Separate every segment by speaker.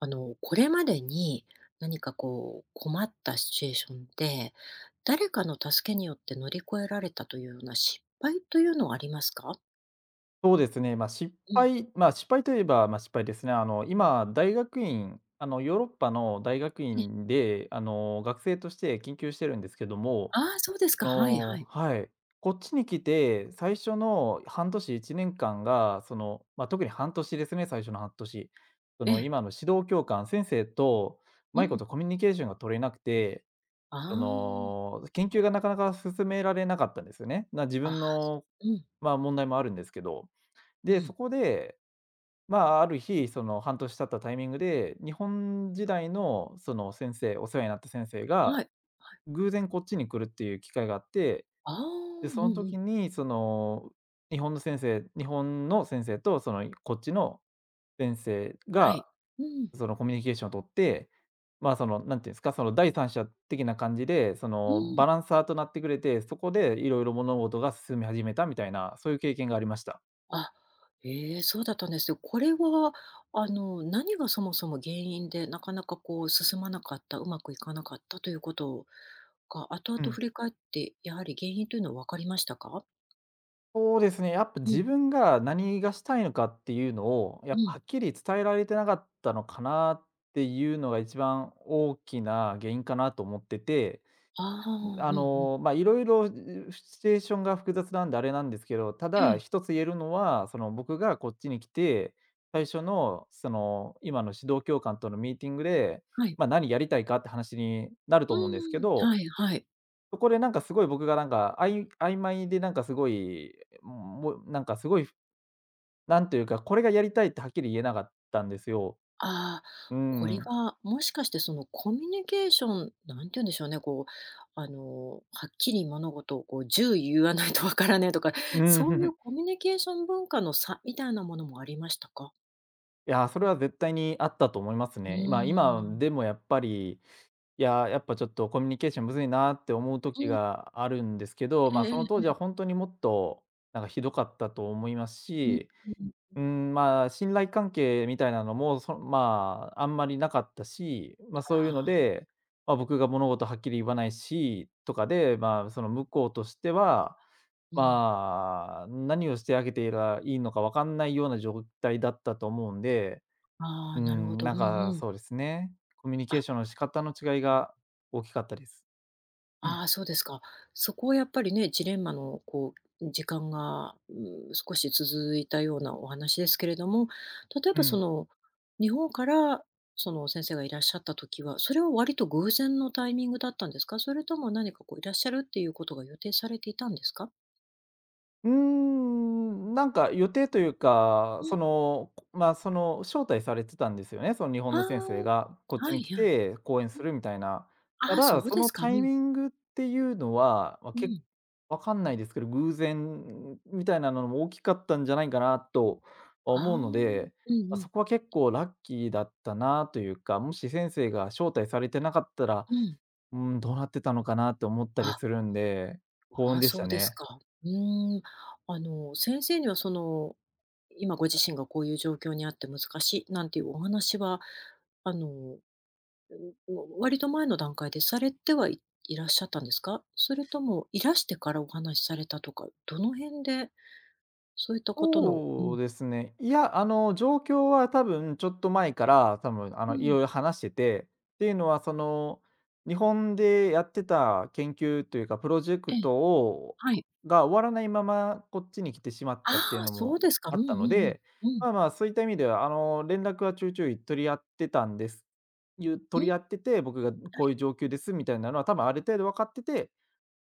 Speaker 1: これまでに何かこう困ったシチュエーションで、誰かの助けによって乗り越えられたというような失敗というのはありますか？
Speaker 2: そうですね、まあ、
Speaker 1: うん。
Speaker 2: 失敗といえば、まあ、失敗ですね。今、大学院あの、ヨーロッパの大学
Speaker 1: え
Speaker 2: 院で、学生として研究してるんですけども、
Speaker 1: ああ、そうです
Speaker 2: あ
Speaker 1: か。はい
Speaker 2: の
Speaker 1: はい。
Speaker 2: はい。こっちに来て、最初の半年、1年間が、その、まあ、特に半年ですね、最初の半年。そ
Speaker 1: え
Speaker 2: の、
Speaker 1: え。
Speaker 2: 今の指導教官、先生と
Speaker 1: う
Speaker 2: マイコ
Speaker 1: ん。
Speaker 2: とコミュニケーションが取れなくて、
Speaker 1: あ
Speaker 2: そ
Speaker 1: あ。
Speaker 2: の、研究がなかなか進められなかったんですよね。自
Speaker 1: あ、
Speaker 2: 分の、
Speaker 1: うん、
Speaker 2: まあ、問題もあるんですけど。
Speaker 1: う
Speaker 2: で、
Speaker 1: ん。
Speaker 2: そこで、まあ、ある日、その半年経ったタイミングで、日本時代のその先生お世話になった先生が、
Speaker 1: はい。
Speaker 2: 偶然こっちに来るっていう機会があって、
Speaker 1: ああ、
Speaker 2: で、
Speaker 1: う
Speaker 2: その
Speaker 1: んうん。
Speaker 2: 時にその、日本の先生とそのこっちの先生
Speaker 1: は
Speaker 2: が、
Speaker 1: い。うん。
Speaker 2: そのコミュニケーションを取って、まあ、そのなんていうんですか、その第三者的な感じで、そ
Speaker 1: う
Speaker 2: のバ
Speaker 1: ん。
Speaker 2: ランサーとなってくれて、そこでいろいろ物事が進み始めたみたいな、そういう経験がありました。
Speaker 1: あ、ええ、そうだったんですよ。これは、何がそもそも原因で、なかなかこう進まなかった、うまくいかなかったということが、後々
Speaker 2: うん。
Speaker 1: 振り返って、やはり原因というのは分かりましたか？
Speaker 2: そうですね、やっぱ
Speaker 1: う
Speaker 2: 自
Speaker 1: ん、
Speaker 2: 分が何がしたいのかっていうのを、や
Speaker 1: う
Speaker 2: っぱ
Speaker 1: ん。
Speaker 2: はっきり伝えられてなかったのかなっていうのが一番大きな原因かなと思ってて、
Speaker 1: ああ、うんうん。
Speaker 2: まあ、いろいろ、シチュエーションが複雑なんであれなんですけど、た
Speaker 1: え
Speaker 2: だ
Speaker 1: え、
Speaker 2: 一つ言えるのは、その僕がこっちに来て、最初のその今の指導教官とのミーティングで、
Speaker 1: はい。
Speaker 2: まあ、何やりたいかって話になる
Speaker 1: う
Speaker 2: と思うんですけ
Speaker 1: ーん、
Speaker 2: ど、
Speaker 1: はいはい。
Speaker 2: そこでなんかすごい僕がなんか、曖昧でなんかすごい、もうなんかすごい、なんというか、これがやりたいってはっきり言えなかったんですよ。
Speaker 1: ああ、
Speaker 2: う
Speaker 1: こ
Speaker 2: ん。
Speaker 1: れ
Speaker 2: うん。
Speaker 1: はもしかしてそのコミュニケーション、なんて言うんでしょうね、こう、はっきり物事をこう一言言わないとわからねえとか、そういう コミュニケーション文化の差みたいなものもありましたか？
Speaker 2: いや、それは絶対にあったと思います
Speaker 1: う
Speaker 2: ね。今
Speaker 1: ー
Speaker 2: で
Speaker 1: ん。
Speaker 2: もやっぱり、いや、やっぱちょっとコミュニケーションむずいなって思う時
Speaker 1: うん、
Speaker 2: があるんですけど、
Speaker 1: え
Speaker 2: ま、
Speaker 1: え
Speaker 2: その
Speaker 1: え
Speaker 2: 当時
Speaker 1: え。
Speaker 2: は本当にもっと、なんかひどかったと思います
Speaker 1: うん、
Speaker 2: し。
Speaker 1: うん。
Speaker 2: うん、まあ、信頼関係みたいなのも、まあ、あんまりなかったし、まあ、
Speaker 1: あ
Speaker 2: そういうの
Speaker 1: あ、
Speaker 2: で、まあ、僕が物事はっきり言わないし、とかで、まあ、その向こうとしては、
Speaker 1: うん。
Speaker 2: まあ、何をしてあげていいのか分かんないような状態だったと思うんで、
Speaker 1: あ
Speaker 2: う
Speaker 1: あ、なるほ
Speaker 2: ん、
Speaker 1: ど。う
Speaker 2: な
Speaker 1: ん
Speaker 2: んか
Speaker 1: うん。
Speaker 2: そうですね、コミュニ
Speaker 1: あ、
Speaker 2: ケーションの仕方の違い
Speaker 1: うん。
Speaker 2: が大きかったです。
Speaker 1: ああ、そうですか。そこはやっぱりね、ジレンマのこう時間が、うん、少し続いたようなお話ですけれども、例え
Speaker 2: う
Speaker 1: ばそ
Speaker 2: ん。
Speaker 1: の、日本からその先生がいらっしゃった時は、それは割と偶然のタイミングだったんですか？それとも何かこういらっしゃるっていうことが予定されていたんですか？
Speaker 2: うーん、なんか予定というか、
Speaker 1: うん。
Speaker 2: その、まあ、その、招待されてたんですよね、その日
Speaker 1: あ
Speaker 2: 本の先
Speaker 1: あ、
Speaker 2: 生が、こっち
Speaker 1: は
Speaker 2: に
Speaker 1: い
Speaker 2: 来
Speaker 1: はい。
Speaker 2: て講演するみたいな。
Speaker 1: あ
Speaker 2: た
Speaker 1: あ、そ
Speaker 2: だ、
Speaker 1: う
Speaker 2: そ
Speaker 1: で
Speaker 2: の
Speaker 1: すか。う
Speaker 2: タイ
Speaker 1: ん。
Speaker 2: ミングっていうのは、まあ、
Speaker 1: うん。
Speaker 2: 分かんないですけど、偶然みたいなのも大きかったんじゃないかなとは
Speaker 1: ああ。
Speaker 2: 思
Speaker 1: う
Speaker 2: うの
Speaker 1: ん
Speaker 2: で、まあ、
Speaker 1: うん。
Speaker 2: そこは結構ラッキーだったなというか、もし先生が招待されてなかったら、
Speaker 1: うん。
Speaker 2: うん、どうなってたのかなって思ったり
Speaker 1: あ。
Speaker 2: するんで、幸
Speaker 1: あ
Speaker 2: 運
Speaker 1: あ、
Speaker 2: でし
Speaker 1: そ
Speaker 2: た
Speaker 1: うです
Speaker 2: ね。
Speaker 1: か。うーん。あの、先生にはその、今ご自身がこういう状況にあって難しいなんていうお話は、あの、うん、割と前の段階でされてはいいらっしゃったんですか？それともいらしてからお話しされたとか、どの辺でそういったことのう
Speaker 2: そ
Speaker 1: ん、
Speaker 2: うですね。いや、あの、状況は多分ちょっと前から、多分あ
Speaker 1: う
Speaker 2: の、い
Speaker 1: ん、
Speaker 2: ろいろ話してて、っていうのはその、日本でやってた研究というか、プロジェ
Speaker 1: え
Speaker 2: ク
Speaker 1: え、
Speaker 2: トを
Speaker 1: はい。
Speaker 2: が終わらないままこっちに来てしまっ
Speaker 1: あ
Speaker 2: たっていう
Speaker 1: あ、
Speaker 2: の
Speaker 1: そう
Speaker 2: も
Speaker 1: ですか。う
Speaker 2: あ
Speaker 1: んうん
Speaker 2: ったの
Speaker 1: うん。
Speaker 2: で、
Speaker 1: うん、
Speaker 2: まあまあ、そういった意味では、あの、連絡はちょいちょい取り合ってたんです。
Speaker 1: う
Speaker 2: 取
Speaker 1: ん。
Speaker 2: り合ってて、僕がこういう状況ですみたいなのは多分ある程度分かってて、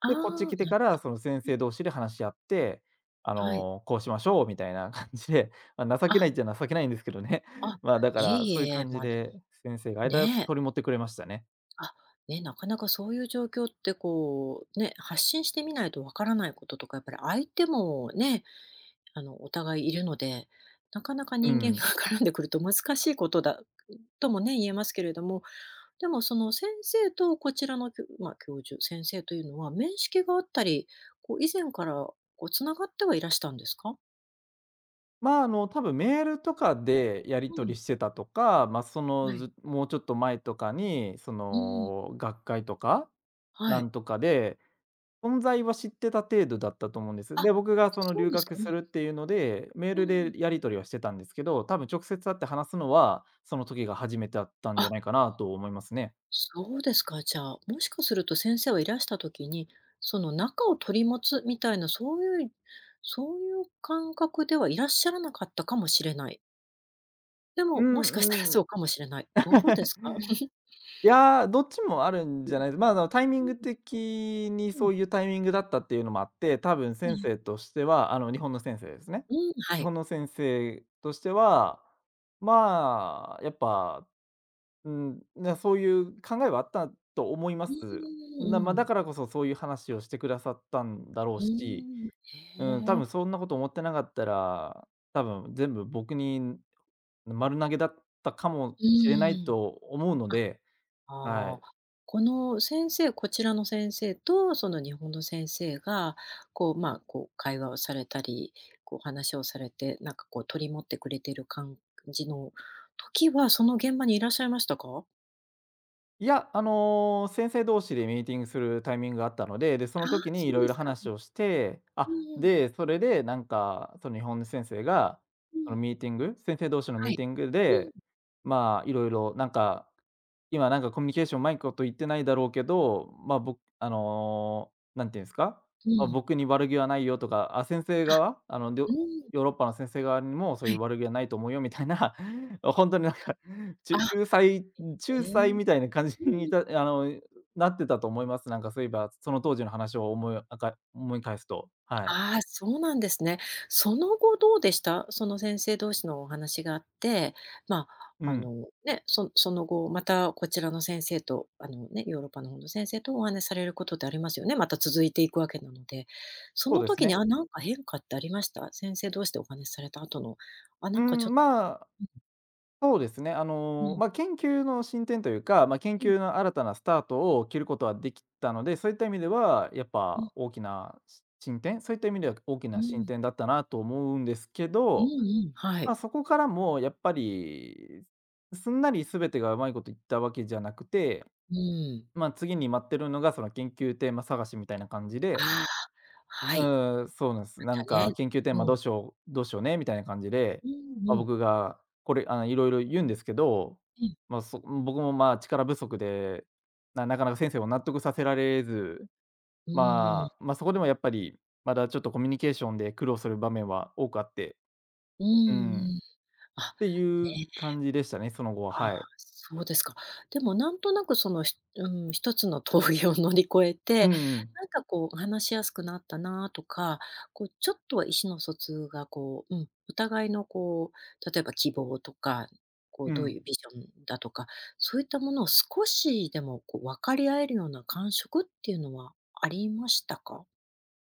Speaker 1: ああ、
Speaker 2: で、こっち来て
Speaker 1: な
Speaker 2: か
Speaker 1: る
Speaker 2: ら、その先
Speaker 1: ほど、
Speaker 2: 生同士で話し合って、あ
Speaker 1: はい。
Speaker 2: の、こうしましょうみたいな感じで、ま、情けな
Speaker 1: あ、
Speaker 2: いっちゃ情けないんですけどね。
Speaker 1: あ、
Speaker 2: まあ、だから、
Speaker 1: いえ
Speaker 2: そういう
Speaker 1: いえ、
Speaker 2: 感じ
Speaker 1: ま、でも、
Speaker 2: で先生が間
Speaker 1: ねえ。
Speaker 2: 取り持ってくれましたね。
Speaker 1: あ、ね、なかなかそういう状況ってこう、ね、発信してみないとわからないこととか、やっぱり相手もね、お互いいるので、なかなか
Speaker 2: う
Speaker 1: 人間が
Speaker 2: ん。
Speaker 1: 絡んでくると難しいことだともね、言えますけれども、でもその先生とこちらのきょまあ、教授、先生というのは面識があったり、こう以前からこうつながってはいらしたんですか。
Speaker 2: まあ、あの、多分メールとかでやり
Speaker 1: う
Speaker 2: 取り
Speaker 1: ん。
Speaker 2: してたとか、ま、そ
Speaker 1: は
Speaker 2: の、
Speaker 1: い。
Speaker 2: ずもうちょっと前とかに、そ
Speaker 1: うん。
Speaker 2: の、学会とか
Speaker 1: は
Speaker 2: な
Speaker 1: い。
Speaker 2: んとかで存在は知ってた程度だったと思うんです。
Speaker 1: あ、
Speaker 2: で、僕がその
Speaker 1: そう
Speaker 2: 留
Speaker 1: ですか。
Speaker 2: 学
Speaker 1: う
Speaker 2: す
Speaker 1: ん。
Speaker 2: るっていうので、メー
Speaker 1: う
Speaker 2: ル
Speaker 1: ん。
Speaker 2: でやり取りはしてたんですけど、多分直接会って話すのは、その時が初めてだったんじ
Speaker 1: あ、
Speaker 2: ゃないかなと思いますね。
Speaker 1: そうですか。じゃあ、もしかすると先生はいらした時に、その中を取り持つみたいな、そういう感覚ではいらっしゃらなかったかもしれない。で
Speaker 2: う
Speaker 1: も、もしかしたら
Speaker 2: んう
Speaker 1: そ
Speaker 2: ん。
Speaker 1: うかもしれない。どうですか？
Speaker 2: いやー、どっちもあるん
Speaker 1: う
Speaker 2: じゃ
Speaker 1: ん、
Speaker 2: ないです、まあ、あの、タイミン
Speaker 1: う
Speaker 2: グ
Speaker 1: ん、
Speaker 2: 的に
Speaker 1: うん、
Speaker 2: そういうタイミングだったっていうのもあって、多分先
Speaker 1: ね、
Speaker 2: 生としてはあの、日本の先生ですね。
Speaker 1: うん、は
Speaker 2: 日
Speaker 1: い。
Speaker 2: 本の先生としては、まあ、やっぱうん、そういう考えはあったと思いま
Speaker 1: う
Speaker 2: す。
Speaker 1: ん、
Speaker 2: まあ、
Speaker 1: う
Speaker 2: だ
Speaker 1: ん。
Speaker 2: からこそそういう話をしてくださったんだろう
Speaker 1: う
Speaker 2: し、
Speaker 1: ん、
Speaker 2: うん、多
Speaker 1: へ
Speaker 2: 分
Speaker 1: え。
Speaker 2: そんなこと思ってなかったら、多分全部僕に丸投げだったかも
Speaker 1: う
Speaker 2: しれない
Speaker 1: ん。
Speaker 2: と思うので、は
Speaker 1: ああ、
Speaker 2: い。
Speaker 1: こちらの先生とその日本の先生が、こう、まあ、こう会話をされたり、こう話をされて、なんかこう取り持ってくれている感じの時は、その現場にいらっしゃいましたか？
Speaker 2: いや、あの、先生同士でミーティングするタイミングがあったので、で、そ
Speaker 1: あ
Speaker 2: の
Speaker 1: あー、
Speaker 2: 時にい
Speaker 1: そう
Speaker 2: ろ
Speaker 1: で
Speaker 2: いろ
Speaker 1: すか。
Speaker 2: 話をして、
Speaker 1: うん
Speaker 2: あ、
Speaker 1: うん、
Speaker 2: で、それでなんか、その日本の先生が、そのミーティング先生同士の
Speaker 1: は
Speaker 2: ミー
Speaker 1: い。
Speaker 2: ティング
Speaker 1: う
Speaker 2: で、まあ、いろいろなんか、今なんかコミュニケーション上手いこと言ってないだろうけど、まあ、僕あの、んていうんですか、
Speaker 1: ん、う
Speaker 2: まあ
Speaker 1: ん。
Speaker 2: 僕に悪気はないよとか、あ、先生
Speaker 1: あ、
Speaker 2: 側、
Speaker 1: うん、
Speaker 2: ヨーロッパの先生側にもそう
Speaker 1: は
Speaker 2: い
Speaker 1: い。
Speaker 2: う悪気はないと思うよみたいな、本当になんか、ち
Speaker 1: あ、
Speaker 2: 仲裁
Speaker 1: え
Speaker 2: 仲裁
Speaker 1: え。
Speaker 2: みたいな感じ
Speaker 1: う
Speaker 2: にい
Speaker 1: ん。
Speaker 2: た なってたと思います。なんかそういえば、その当時の話を思い返すと、はい。
Speaker 1: ああ、そうなんですね。その後どうでした？その先生同士のお話があって、ま
Speaker 2: う
Speaker 1: あ、あ
Speaker 2: ん、
Speaker 1: の、ね、その後またこちらの先生と、あの、ね、ヨーロッパの方の先生とお話しされることってありますよね、また続いていくわけなので。そ
Speaker 2: そう
Speaker 1: の
Speaker 2: です
Speaker 1: 時に、
Speaker 2: ね。
Speaker 1: あ、なんか変化ってありました？先生同士でお話しされた後の、あ、な
Speaker 2: う
Speaker 1: んかちょっ
Speaker 2: ん、
Speaker 1: と、
Speaker 2: まあ、そうですね。あ
Speaker 1: うん、う
Speaker 2: の、
Speaker 1: ん、
Speaker 2: ま、研究の進展というか、ま、研
Speaker 1: うん、
Speaker 2: 究の新たなスタートを切ることはできたので、そういった意味では、やっ
Speaker 1: うん、
Speaker 2: ぱ大きなし進展そういった意味では大き
Speaker 1: う
Speaker 2: な進
Speaker 1: ん、
Speaker 2: 展だったなと思うんですけ
Speaker 1: うん、
Speaker 2: ど、
Speaker 1: うん、はい。
Speaker 2: ま、そこからもやっぱり、すんなり全てがうまいこといったわけじゃなくて、
Speaker 1: うーん。
Speaker 2: まあ、次に待ってるのが、その研究テーマ探しみたいな感じで、
Speaker 1: ああ、はい。
Speaker 2: うん、そうなんです。
Speaker 1: ま
Speaker 2: な
Speaker 1: た
Speaker 2: ん
Speaker 1: ね。
Speaker 2: か研究テーマ
Speaker 1: うん。
Speaker 2: どうしようねみたいな感じで、
Speaker 1: うん
Speaker 2: まあ、
Speaker 1: うん。
Speaker 2: 僕がこれ、あの、いろいろ言うんですけど、
Speaker 1: うん
Speaker 2: 僕も、まあ、力不足で、なかなか先生を納得させられず、
Speaker 1: うんうん、はい、うん。
Speaker 2: まあ、そこでもやっぱり、まだちょっとコミュニケーションで苦労する場面は多くあって、
Speaker 1: う
Speaker 2: うん、
Speaker 1: んうん。
Speaker 2: っ
Speaker 1: あ、
Speaker 2: ていう
Speaker 1: ね、
Speaker 2: 感じでしたね、その後は、
Speaker 1: ああ、
Speaker 2: はい。
Speaker 1: そうですか。でもなんとなくその、うん、1つの峠を乗り越え
Speaker 2: う
Speaker 1: て、
Speaker 2: んうん。
Speaker 1: なんかこう話しやすくなったなとか、こうちょっとは意思の疎通がこう、うん、お互いのこう、例えば希望とか、こう
Speaker 2: う
Speaker 1: どう
Speaker 2: ん。
Speaker 1: いうビジョンだとか、そういったものを少しでもこう分かり合えるような感触っていうのはありましたか？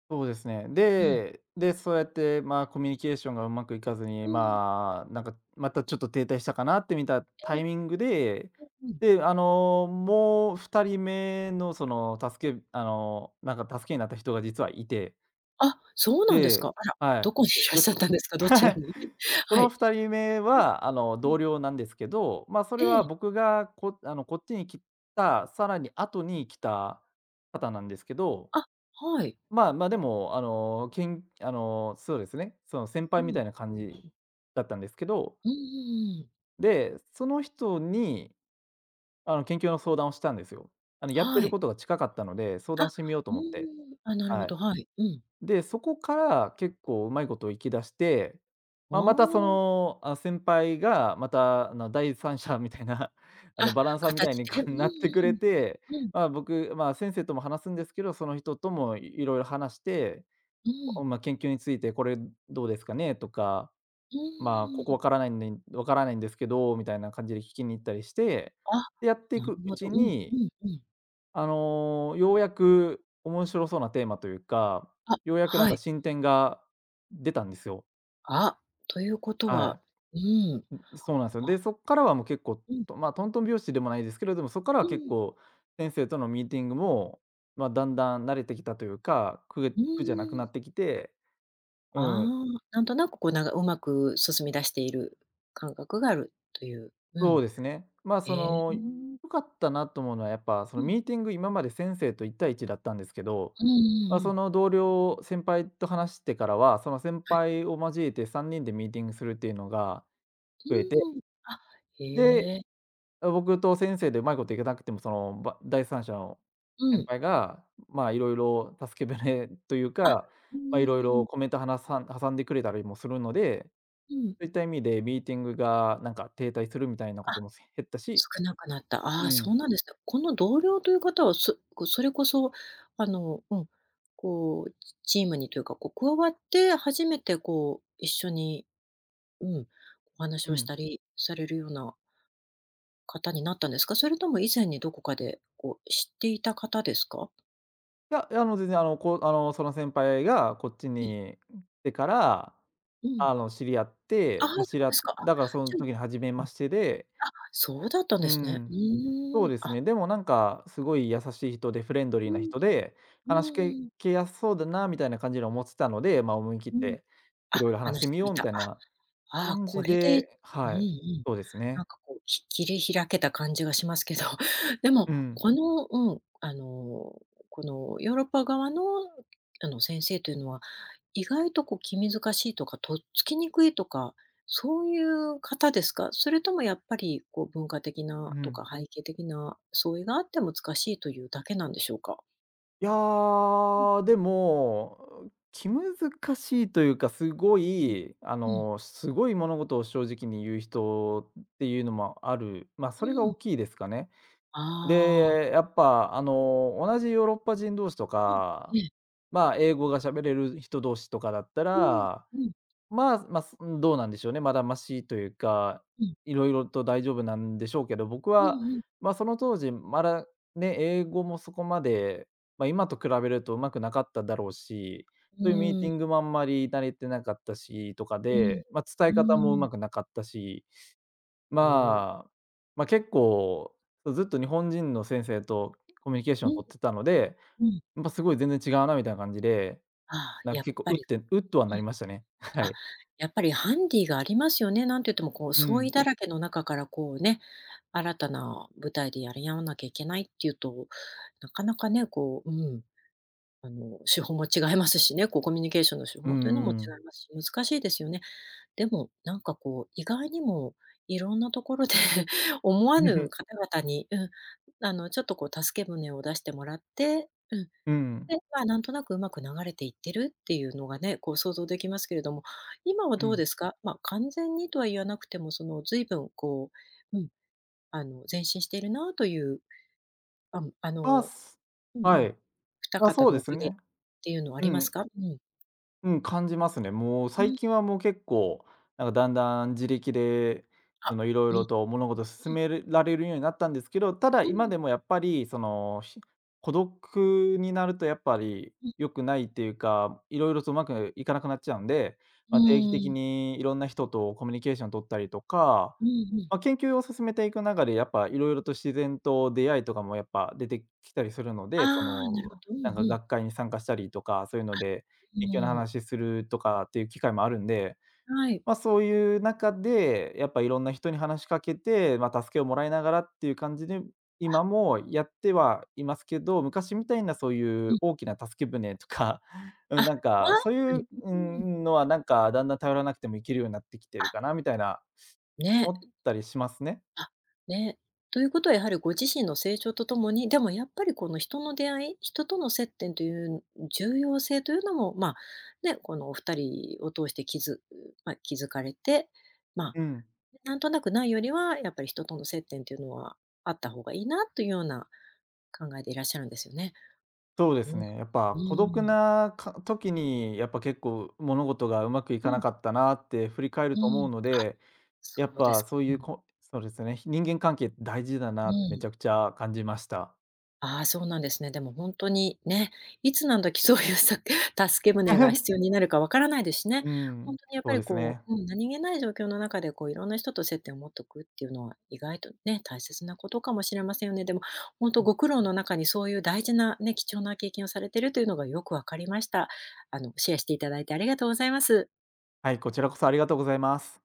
Speaker 2: そうですね。
Speaker 1: うん。
Speaker 2: で、そうやって、まあ、コミュニケーションがうまくいかずに、
Speaker 1: うん、
Speaker 2: まあ、なんか、またちょっと停滞したかなって見た
Speaker 1: え
Speaker 2: タ
Speaker 1: え、
Speaker 2: イミングで、
Speaker 1: うん。
Speaker 2: で、あの、もう2人目のその助けあの、なんか助けになった人が実はいて、
Speaker 1: あ、そうなんです
Speaker 2: で
Speaker 1: か。あら、
Speaker 2: は
Speaker 1: どこにい
Speaker 2: い。
Speaker 1: らっ
Speaker 2: で、
Speaker 1: しゃっ
Speaker 2: そ
Speaker 1: たんですか？ど ちらに？
Speaker 2: そ
Speaker 1: は
Speaker 2: の
Speaker 1: い。
Speaker 2: 2人目は、あの、
Speaker 1: うん、
Speaker 2: 同僚なんですけど、まあ、それ
Speaker 1: ええ。
Speaker 2: は僕がこあの、こっちに来た、さらに後に来た方なんですけど、
Speaker 1: あ、はい。
Speaker 2: まあまあ、でも、あの、けんあの、そうですね、その先
Speaker 1: う
Speaker 2: 輩み
Speaker 1: ん。
Speaker 2: たいな感じだったんですけど、
Speaker 1: うんうんうん。
Speaker 2: で、その人に、あの、研究の相談をしたんですよ。やって
Speaker 1: は
Speaker 2: る
Speaker 1: い。
Speaker 2: ことが近かったので、相
Speaker 1: あ、
Speaker 2: 談してみようと
Speaker 1: う
Speaker 2: 思って。
Speaker 1: ん。あ、なるほ
Speaker 2: は
Speaker 1: ど、
Speaker 2: い。
Speaker 1: はい。うん。
Speaker 2: で、そこから結構うまいことを生き出して、まあ、またそ
Speaker 1: あ
Speaker 2: の、あ、先輩がまた、第三者みたいな
Speaker 1: あ。あ、
Speaker 2: バランサーみたい
Speaker 1: 形
Speaker 2: に
Speaker 1: で。
Speaker 2: か
Speaker 1: う
Speaker 2: なってくれ
Speaker 1: ん
Speaker 2: て、
Speaker 1: うんうん。
Speaker 2: まあ、僕、まあ、先生とも話すんですけど、その人ともいろいろ話して
Speaker 1: うん、うん。
Speaker 2: お、まあ、研究についてこれどうですかねとか、
Speaker 1: う
Speaker 2: まあ、ここ
Speaker 1: ん。
Speaker 2: わからないんですけど、みたいな感じで聞きに行ったりして、
Speaker 1: あ、
Speaker 2: で、やってい
Speaker 1: なる
Speaker 2: くう
Speaker 1: ほど。
Speaker 2: ち
Speaker 1: うんう
Speaker 2: に、
Speaker 1: んうん。
Speaker 2: ようやく面白そうなテーマというか、
Speaker 1: あ、
Speaker 2: ようやくなん
Speaker 1: は
Speaker 2: か
Speaker 1: い。
Speaker 2: 進展が出たんですよ。
Speaker 1: あ、ということ
Speaker 2: は
Speaker 1: は、
Speaker 2: い。
Speaker 1: うん。
Speaker 2: そうなんですよ。で、
Speaker 1: あ、
Speaker 2: そこからはもう結構、
Speaker 1: うん、
Speaker 2: まあ、トントン拍子でもないですけれども、そこからは
Speaker 1: う
Speaker 2: 結
Speaker 1: ん、
Speaker 2: 構先生とのミーティングも、まあ、だんだん慣れてきたというか、
Speaker 1: う
Speaker 2: 苦じゃなく
Speaker 1: ん。
Speaker 2: なってきて、
Speaker 1: あ
Speaker 2: うん。
Speaker 1: あ、なんとなくこう、なんかうまく進み出している感覚があるという。う
Speaker 2: そう
Speaker 1: ん。
Speaker 2: ですね。まあ、
Speaker 1: ええ。うん。
Speaker 2: 良かったなと思うのは、やっぱ、そのミーティング、今まで先生と一対一だったんですけど、
Speaker 1: うんうんう
Speaker 2: まあ、
Speaker 1: んう
Speaker 2: そ
Speaker 1: ん。
Speaker 2: の同僚、先輩と話してからは、その先
Speaker 1: はい。
Speaker 2: 輩を交えて3人でミーティングするっていうのが増えて、
Speaker 1: うん。あ、
Speaker 2: で、
Speaker 1: へえ。
Speaker 2: 僕と先生でうまいこといかなくても、その、第三者の
Speaker 1: う
Speaker 2: 先
Speaker 1: ん。
Speaker 2: 輩が、まあ、いろいろ助け舟という
Speaker 1: あ、
Speaker 2: か、
Speaker 1: う
Speaker 2: まあ、いろい
Speaker 1: ー
Speaker 2: ろコ
Speaker 1: ん。
Speaker 2: メント話さん挟んでくれたりもするので、
Speaker 1: うん。
Speaker 2: そういった意味でミーティングがなんか停滞するみたいなこ
Speaker 1: あ、
Speaker 2: とも減ったし。
Speaker 1: 少なくなった。ああ、
Speaker 2: うん。
Speaker 1: そうなんですね。この同僚という方は、こう、それこそ、あの、うん、こう、チームにというか、こう、加わって初めてこう、一緒に、うん、お話
Speaker 2: う
Speaker 1: をし
Speaker 2: ん。
Speaker 1: たりされるような方になったんですか？それとも以前にどこかでこう知っていた方ですか？
Speaker 2: いや、全然、その先輩がこっち
Speaker 1: ええ、
Speaker 2: に来てから、
Speaker 1: うん。
Speaker 2: 知り合っ
Speaker 1: ああ、
Speaker 2: て、まあ、
Speaker 1: そうですか。あ、
Speaker 2: だからそ
Speaker 1: じ
Speaker 2: の
Speaker 1: ゃあ、
Speaker 2: 時に初め
Speaker 1: うん、
Speaker 2: ましてで、
Speaker 1: あ、そうだったん
Speaker 2: う
Speaker 1: ですね。う
Speaker 2: ん、そ
Speaker 1: ー
Speaker 2: う
Speaker 1: ん、
Speaker 2: です
Speaker 1: あ、
Speaker 2: ね。でもなんかすごい優しい人でフレンドリ
Speaker 1: う
Speaker 2: ーな
Speaker 1: ん、
Speaker 2: 人で、
Speaker 1: う
Speaker 2: 話し
Speaker 1: ーん、
Speaker 2: やすそうだなみたいな感じに思ってたので、まあ、思い切っ
Speaker 1: うん。
Speaker 2: てい
Speaker 1: あ、
Speaker 2: ろいろ話し
Speaker 1: 話
Speaker 2: て
Speaker 1: し
Speaker 2: み
Speaker 1: て
Speaker 2: よ
Speaker 1: み
Speaker 2: うみ
Speaker 1: た。あ、
Speaker 2: たいな
Speaker 1: ああ、
Speaker 2: 感
Speaker 1: こ
Speaker 2: じ
Speaker 1: れで、
Speaker 2: で、
Speaker 1: うんう
Speaker 2: はい、
Speaker 1: ん。
Speaker 2: そうです
Speaker 1: な
Speaker 2: ね。
Speaker 1: んかこう、切り開けた感じがしますけど、で
Speaker 2: う
Speaker 1: も、
Speaker 2: ん、
Speaker 1: このうん、あの、このヨーロッパ側のあの先生というのは、意外とこう気難しいとか、とっつきにくいとか、そういう方ですか？それともやっぱりこう文化的
Speaker 2: う
Speaker 1: なとか
Speaker 2: ん。
Speaker 1: 背景的な相違があって難しいというだけなんでしょうか？
Speaker 2: いやー、でも、気難しいというか、すご
Speaker 1: うん。
Speaker 2: い、
Speaker 1: うん。
Speaker 2: すごい物事を正直に言う人っていうのもある。まあ、
Speaker 1: う
Speaker 2: それが大
Speaker 1: ん。
Speaker 2: きいですかね。
Speaker 1: ああ。
Speaker 2: で、やっぱ、同じヨーロッパ人同士と
Speaker 1: うん。
Speaker 2: か、
Speaker 1: ええ。
Speaker 2: まあ、英語が喋れる人同士とかだった
Speaker 1: うん。
Speaker 2: ら
Speaker 1: うん。
Speaker 2: まあ、まあ、どうなんでしょうね。まだマシというか、
Speaker 1: うん。
Speaker 2: いろいろと大丈夫なんでしょうけど、僕
Speaker 1: う
Speaker 2: は、
Speaker 1: んうん。
Speaker 2: まあ、その当時、まだね、英語もそこまで、まあ、今と比べると上手くなかっただろうし、
Speaker 1: う
Speaker 2: そういうミーテ
Speaker 1: ーん。
Speaker 2: ィングもあんまり慣れてなかったしとか
Speaker 1: うん。
Speaker 2: で、まあ、伝
Speaker 1: う
Speaker 2: え方も
Speaker 1: ー
Speaker 2: 上
Speaker 1: ん。
Speaker 2: 手くなかったし、
Speaker 1: うーん。
Speaker 2: まあ、まあ、結構、ずっと日本人の先生とコミュニケーショ
Speaker 1: う
Speaker 2: ンを
Speaker 1: ん
Speaker 2: 取ってたので、
Speaker 1: うん。
Speaker 2: やっぱすごい全然違うなみたいな感じで、
Speaker 1: ああ、
Speaker 2: なんか
Speaker 1: やっ
Speaker 2: 結構、
Speaker 1: ぱり。
Speaker 2: うっとは
Speaker 1: う
Speaker 2: な
Speaker 1: ん。
Speaker 2: りましたね。は
Speaker 1: あ、
Speaker 2: い。
Speaker 1: やっぱりハンディがありますよね。なんて言ってもこう
Speaker 2: う
Speaker 1: 相違
Speaker 2: ん。
Speaker 1: だらけの中からこうね、新たな舞台でやり合わなきゃいけないっていうと、なかなかね、こう、うん、手法も違いますしね、こうコミュニケーションの手
Speaker 2: うん
Speaker 1: 法というのも
Speaker 2: うん。
Speaker 1: 違いますし、難しいですよね。でも、なんかこう、意外にもいろんなところで 思わぬ 方々に、うん、あの、ちょっとこう助け舟を出してもらって、うん、
Speaker 2: うん、
Speaker 1: で、まあ、なんとなくうまく流れていってるっていうのがね、こう想像できますけれども、今は
Speaker 2: う
Speaker 1: どう
Speaker 2: ん。
Speaker 1: ですか？まあ、完全にとは言わなくても、その随分こう、うん、あの、前進しているなという、ああ
Speaker 2: まあ、
Speaker 1: のうんう
Speaker 2: は
Speaker 1: ん、
Speaker 2: い。
Speaker 1: 二
Speaker 2: あ、
Speaker 1: 方
Speaker 2: そう
Speaker 1: の
Speaker 2: で
Speaker 1: お
Speaker 2: す
Speaker 1: かげっ
Speaker 2: ね。
Speaker 1: ていうのはあ
Speaker 2: う
Speaker 1: ります
Speaker 2: ん、
Speaker 1: か？うん。
Speaker 2: うん、感じますね。もう
Speaker 1: う
Speaker 2: 最
Speaker 1: ん。
Speaker 2: 近はもう結構、なんかだんだん自力で、そ
Speaker 1: あ、
Speaker 2: の、いろい
Speaker 1: うん
Speaker 2: ろと物事進
Speaker 1: う
Speaker 2: められるようになったんですけど、ただ
Speaker 1: ん、
Speaker 2: 今
Speaker 1: うん、
Speaker 2: でもやっぱり、その、孤独になるとやっぱり
Speaker 1: うん。
Speaker 2: 良くないっていうか、いろいろとうまくいかなくなっちゃうんで、
Speaker 1: う
Speaker 2: まあ、定期
Speaker 1: ー
Speaker 2: 的
Speaker 1: ん。
Speaker 2: にいろんな人とコミュニケーション取ったりとか、
Speaker 1: うんうん。
Speaker 2: まあ、研究を進めていく中で、やっぱいろいろと自然と出会いとかもやっぱ出てきたりするの
Speaker 1: あ
Speaker 2: で、そ
Speaker 1: あ、なる
Speaker 2: の、
Speaker 1: ほど。うん
Speaker 2: なん
Speaker 1: う
Speaker 2: か
Speaker 1: ん。
Speaker 2: 学会に参加したりとか、そういう
Speaker 1: あ、
Speaker 2: ので、
Speaker 1: う
Speaker 2: 研究の
Speaker 1: ーん。
Speaker 2: 話するとかっていう機会もあるんで、
Speaker 1: はい。
Speaker 2: まあ、そういう中で、やっぱいろんな人に話しかけて、まあ、助けをもらいながらっていう感じで、今もやってはいますけど、昔みたいなそうい
Speaker 1: う
Speaker 2: う
Speaker 1: ん、
Speaker 2: 大きな助け舟とか、
Speaker 1: あ、
Speaker 2: うん、なん
Speaker 1: は、
Speaker 2: か、
Speaker 1: は
Speaker 2: そうい
Speaker 1: い。
Speaker 2: う、う
Speaker 1: うん。
Speaker 2: ん、のはなんかだんだん頼らなくてもいけるようになってきて
Speaker 1: あ、は、は
Speaker 2: る
Speaker 1: い、
Speaker 2: かな
Speaker 1: うん、
Speaker 2: みたいな、
Speaker 1: あ、ね。
Speaker 2: 思ったりしますね。
Speaker 1: あ、ね。ということはやはりご自身の成長とともに、でもやっぱりこの人の出会い、人との接点という重要性というのも、まあ、ね、このお二人を通して気づかれて、まあ、
Speaker 2: うん、
Speaker 1: なんとなくないよりは、やっぱり人との接点というのはあった方がいいなというような考えでいらっしゃるんですよね。
Speaker 2: そうで
Speaker 1: う
Speaker 2: す
Speaker 1: ん。う
Speaker 2: ね。やっぱ孤独
Speaker 1: ん。
Speaker 2: な時に、やっぱ結構物事がうまくい
Speaker 1: う
Speaker 2: か
Speaker 1: ん、
Speaker 2: なかったなって振り返る
Speaker 1: う
Speaker 2: と思
Speaker 1: ん。
Speaker 2: うの
Speaker 1: あ、
Speaker 2: で、や
Speaker 1: そ
Speaker 2: っ
Speaker 1: うで
Speaker 2: ぱ
Speaker 1: すか。
Speaker 2: そう
Speaker 1: う
Speaker 2: いう
Speaker 1: ん。
Speaker 2: そうですね、人間関係大事だ
Speaker 1: う
Speaker 2: なってめ
Speaker 1: ん。
Speaker 2: ちゃくちゃ感じました。
Speaker 1: ああ、そうなんですね。でも本当にね、いつ何時そういうさ 助け舟が必要 になるかわからないですしね。
Speaker 2: う
Speaker 1: 本
Speaker 2: ん、
Speaker 1: 当にやっぱ
Speaker 2: そう
Speaker 1: り
Speaker 2: です
Speaker 1: こ
Speaker 2: ね。
Speaker 1: う、うん、何気ない状況の中でこういろんな人と接点を持っておくっていうのは意外とね、大切なことかもしれませんよね。でも本当ご苦労の中にそういう大事なね、貴重な経験をされてるというのがよくわかりました。あのシェアしていただいてありがとうございます。
Speaker 2: はい、こちらこそありがとうございます。